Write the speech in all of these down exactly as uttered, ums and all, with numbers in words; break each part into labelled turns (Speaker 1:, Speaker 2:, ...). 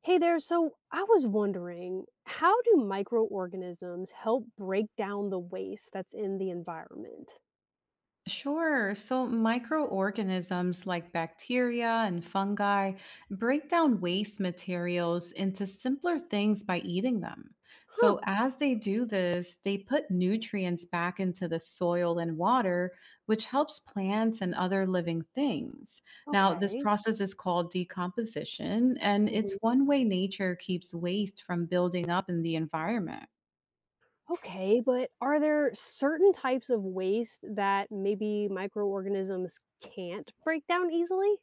Speaker 1: Hey there. So I was wondering, how do microorganisms help break down the waste that's in the environment?
Speaker 2: Sure. So microorganisms like bacteria and fungi break down waste materials into simpler things by eating them.
Speaker 1: Huh.
Speaker 2: So, as they do this, they put nutrients back into the soil and water, which helps plants and other living things. Now, this
Speaker 1: Okay.
Speaker 2: process is called decomposition, and
Speaker 1: Mhm.
Speaker 2: it's one way nature keeps waste from building up in the environment.
Speaker 1: Okay. But are there certain types of waste that maybe microorganisms can't break down easily?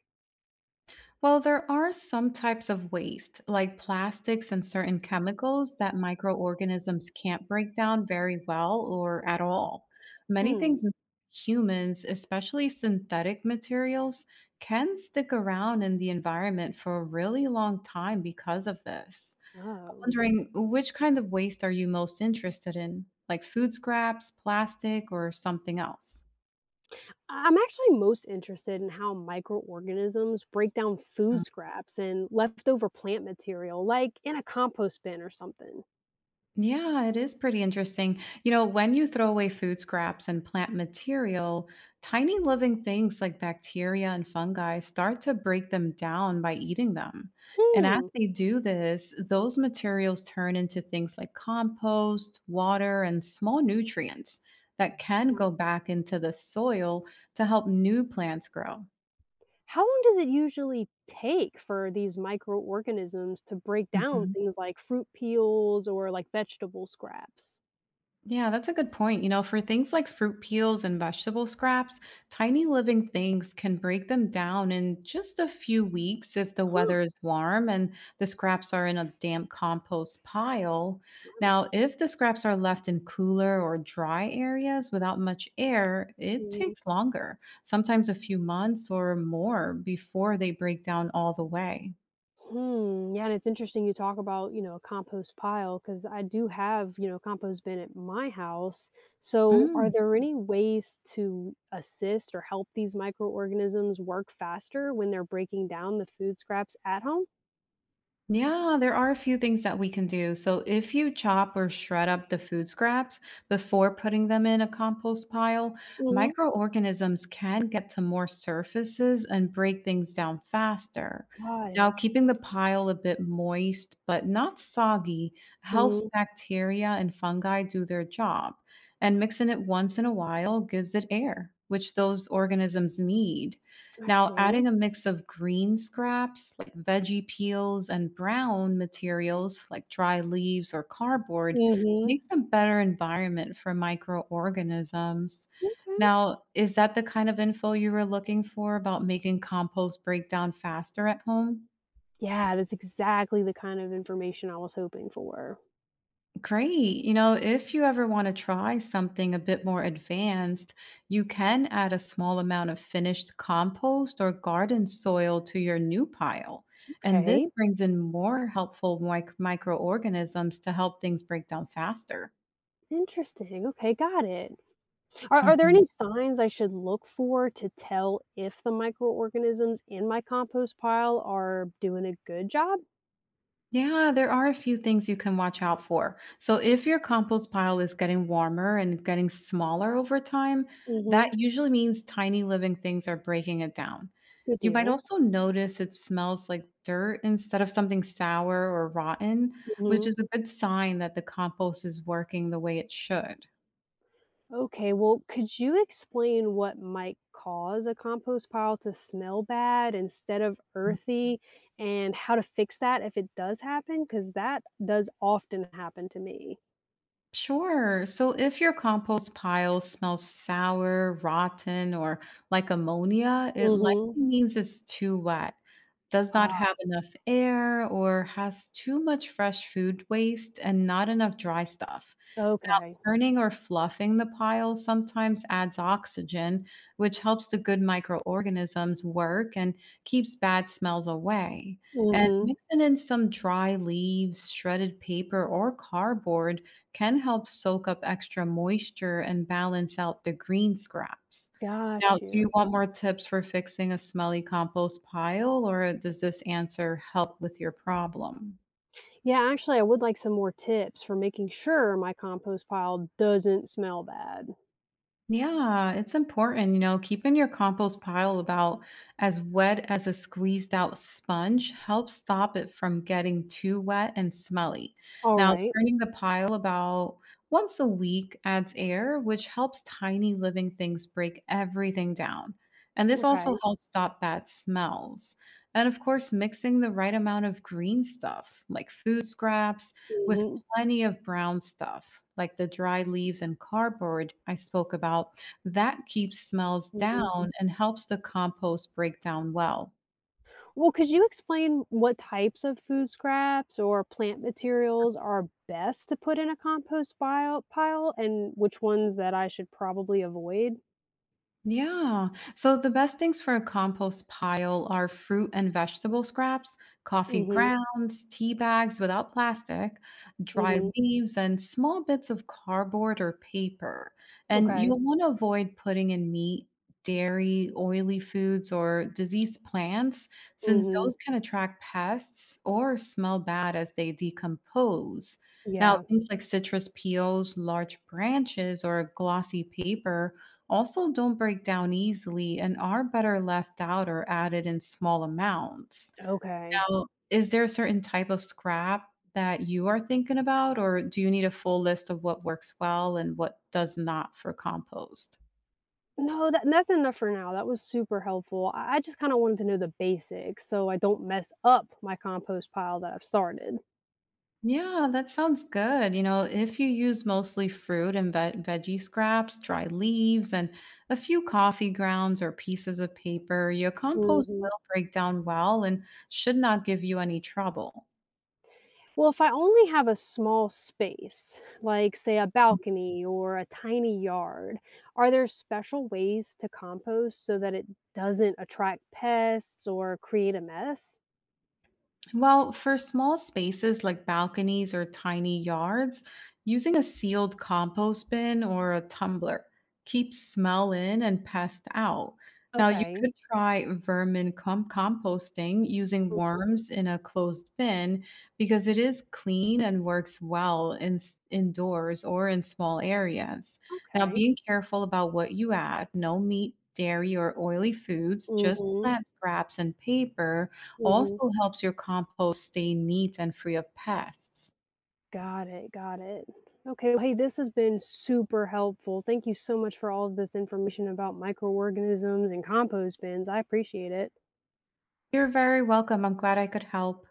Speaker 2: Well, there are some types of waste, like plastics and certain chemicals, that microorganisms can't break down very well or at all. Many
Speaker 1: Hmm.
Speaker 2: things, in humans, especially synthetic materials, can stick around in the environment for a really long time because of this.
Speaker 1: Oh.
Speaker 2: Wondering which kind of waste are you most interested in, like food scraps, plastic, or something else?
Speaker 1: I- I'm actually most interested in how microorganisms break down food scraps and leftover plant material, like in a compost bin or something.
Speaker 2: Yeah, it is pretty interesting. You know, when you throw away food scraps and plant material, tiny living things like bacteria and fungi start to break them down by eating them. And as
Speaker 1: Hmm.
Speaker 2: they do this, those materials turn into things like compost, water, and small nutrients that can
Speaker 1: Yeah.
Speaker 2: go back into the soil to help new plants grow.
Speaker 1: How long does it usually take for these microorganisms to break down things like fruit peels or like vegetable scraps?
Speaker 2: Yeah, that's a good point. You know, for things like fruit peels and vegetable scraps, tiny living things can break them down in just a few weeks if the
Speaker 1: Huh.
Speaker 2: weather is warm and the scraps are in a damp compost pile.
Speaker 1: Wow.
Speaker 2: Now, if the scraps are left in cooler or dry areas without much air, it
Speaker 1: Mhm.
Speaker 2: takes longer, sometimes a few months or more before they break down all the way.
Speaker 1: Hmm. Yeah, and it's interesting you talk about, you know, a compost pile because I do have, you know, a compost bin at my house. So, are
Speaker 2: Mm.
Speaker 1: there any ways to assist or help these microorganisms work faster when they're breaking down the food scraps at home?
Speaker 2: Yeah, there are a few things that we can do. So, if you chop or shred up the food scraps before putting them in a compost pile,
Speaker 1: Mm-hmm.
Speaker 2: microorganisms can get to more surfaces and break things down faster.
Speaker 1: Got
Speaker 2: Now,
Speaker 1: it.
Speaker 2: keeping the pile a bit moist but not soggy helps
Speaker 1: Mm.
Speaker 2: bacteria and fungi do their job. And mixing it once in a while gives it air, which those organisms need.
Speaker 1: I
Speaker 2: Now, adding
Speaker 1: see.
Speaker 2: a mix of green scraps like veggie peels and brown materials like dry leaves or cardboard
Speaker 1: Mm-hmm.
Speaker 2: makes a better environment for microorganisms.
Speaker 1: Okay.
Speaker 2: Now, is that the kind of info you were looking for about making compost break down faster at home?
Speaker 1: Yeah, that's exactly the kind of information I was hoping for.
Speaker 2: Great. You know, if you ever want to try something a bit more advanced, you can add a small amount of finished compost or garden soil to your new pile. And this
Speaker 1: Okay,
Speaker 2: brings in more helpful mic- microorganisms to help things break down faster.
Speaker 1: interesting. Okay, got it. Are, are there any
Speaker 2: Mhm.
Speaker 1: signs I should look for to tell if the microorganisms in my compost pile are doing a good job?
Speaker 2: Yeah, there are a few things you can watch out for. So, if your compost pile is getting warmer and getting smaller over time, that
Speaker 1: Mm-hmm.
Speaker 2: usually means tiny living things are breaking it down.
Speaker 1: Good
Speaker 2: You might
Speaker 1: deal.
Speaker 2: also notice it smells like dirt instead of something sour or rotten, which
Speaker 1: Hmm.
Speaker 2: is a good sign that the compost is working the way it should.
Speaker 1: Okay, well, could you explain what might cause a compost pile to smell bad instead of earthy and how to fix that if it does happen? Because that does often happen to me.
Speaker 2: Sure. So if your compost pile smells sour, rotten, or like ammonia, it likely
Speaker 1: Mm-hmm.
Speaker 2: means it's too wet, does not have enough air, or has too much fresh food waste and not enough dry stuff. Now,
Speaker 1: Okay.
Speaker 2: turning or fluffing the pile sometimes adds oxygen, which helps the good microorganisms work and keeps bad smells away.
Speaker 1: Mm.
Speaker 2: And
Speaker 1: Mhm.
Speaker 2: mixing in some dry leaves, shredded paper, or cardboard can help soak up extra moisture and balance out the green scraps. Now,
Speaker 1: Got
Speaker 2: do you
Speaker 1: you.
Speaker 2: want more tips for fixing a smelly compost pile, or does this answer help with your problem?
Speaker 1: Yeah, actually, I would like some more tips for making sure my compost pile doesn't smell bad.
Speaker 2: Yeah, it's important, you know, keeping your compost pile about as wet as a squeezed out sponge helps stop it from getting too wet and smelly.
Speaker 1: All
Speaker 2: Now,
Speaker 1: right.
Speaker 2: turning the pile about once a week adds air, which helps tiny living things break everything down. And this also
Speaker 1: Okay.
Speaker 2: helps stop bad smells. And of course, mixing the right amount of green stuff like food scraps with
Speaker 1: Mhm.
Speaker 2: plenty of brown stuff, like the dry leaves and cardboard I spoke about. That keeps smells
Speaker 1: Mhm.
Speaker 2: down and helps the compost break down well.
Speaker 1: Well, could you explain what types of food scraps or plant materials are best to put in a compost pile, pile and which ones that I should probably avoid?
Speaker 2: Yeah. So the best things for a compost pile are fruit and vegetable scraps, coffee
Speaker 1: Mhm.
Speaker 2: grounds, tea bags without plastic, dry
Speaker 1: Mhm.
Speaker 2: leaves, and small bits of cardboard or paper. And
Speaker 1: Okay.
Speaker 2: you'll want to avoid putting in meat, dairy, oily foods, or diseased plants,
Speaker 1: Mm.
Speaker 2: since those
Speaker 1: Mhm.
Speaker 2: can attract pests or smell bad as they decompose. Now,
Speaker 1: Yeah.
Speaker 2: things like citrus peels, large branches, or glossy paper also, don't break down easily and are better left out or added in small amounts.
Speaker 1: Okay.
Speaker 2: Now, is there a certain type of scrap that you are thinking about, or do you need a full list of what works well and what does not for compost?
Speaker 1: No, that that's enough for now, that was super helpful. I I just kinda wanted to know the basics so I don't mess up my compost pile that I've started.
Speaker 2: Yeah, that sounds good. You know, if you use mostly fruit and ve- veggie scraps, dry leaves, and a few coffee grounds or pieces of paper, your compost
Speaker 1: Mhm.
Speaker 2: will break down well and should not give you any trouble.
Speaker 1: Well, if I only have a small space, like, say, a balcony or a tiny yard, are there special ways to compost so that it doesn't attract pests or create a mess?
Speaker 2: Well, for small spaces like balconies or tiny yards, using a sealed compost bin or a tumbler keeps smell in and pests out. Now, you
Speaker 1: Okay.
Speaker 2: could try vermin com- composting using
Speaker 1: Mm,
Speaker 2: worms in a closed bin because it is clean and works well in, s- indoors or in small areas. Now,
Speaker 1: okay.
Speaker 2: being careful about what you add no meat, dairy, or oily foods, just
Speaker 1: Mhm,
Speaker 2: plant scraps and paper
Speaker 1: mhm.
Speaker 2: also helps your compost stay neat and free of pests.
Speaker 1: Got it, got it. Okay, well, hey, this has been super helpful. Thank you so much for all of this information about microorganisms and compost bins. I appreciate it.
Speaker 2: You're very welcome. I'm glad I could help.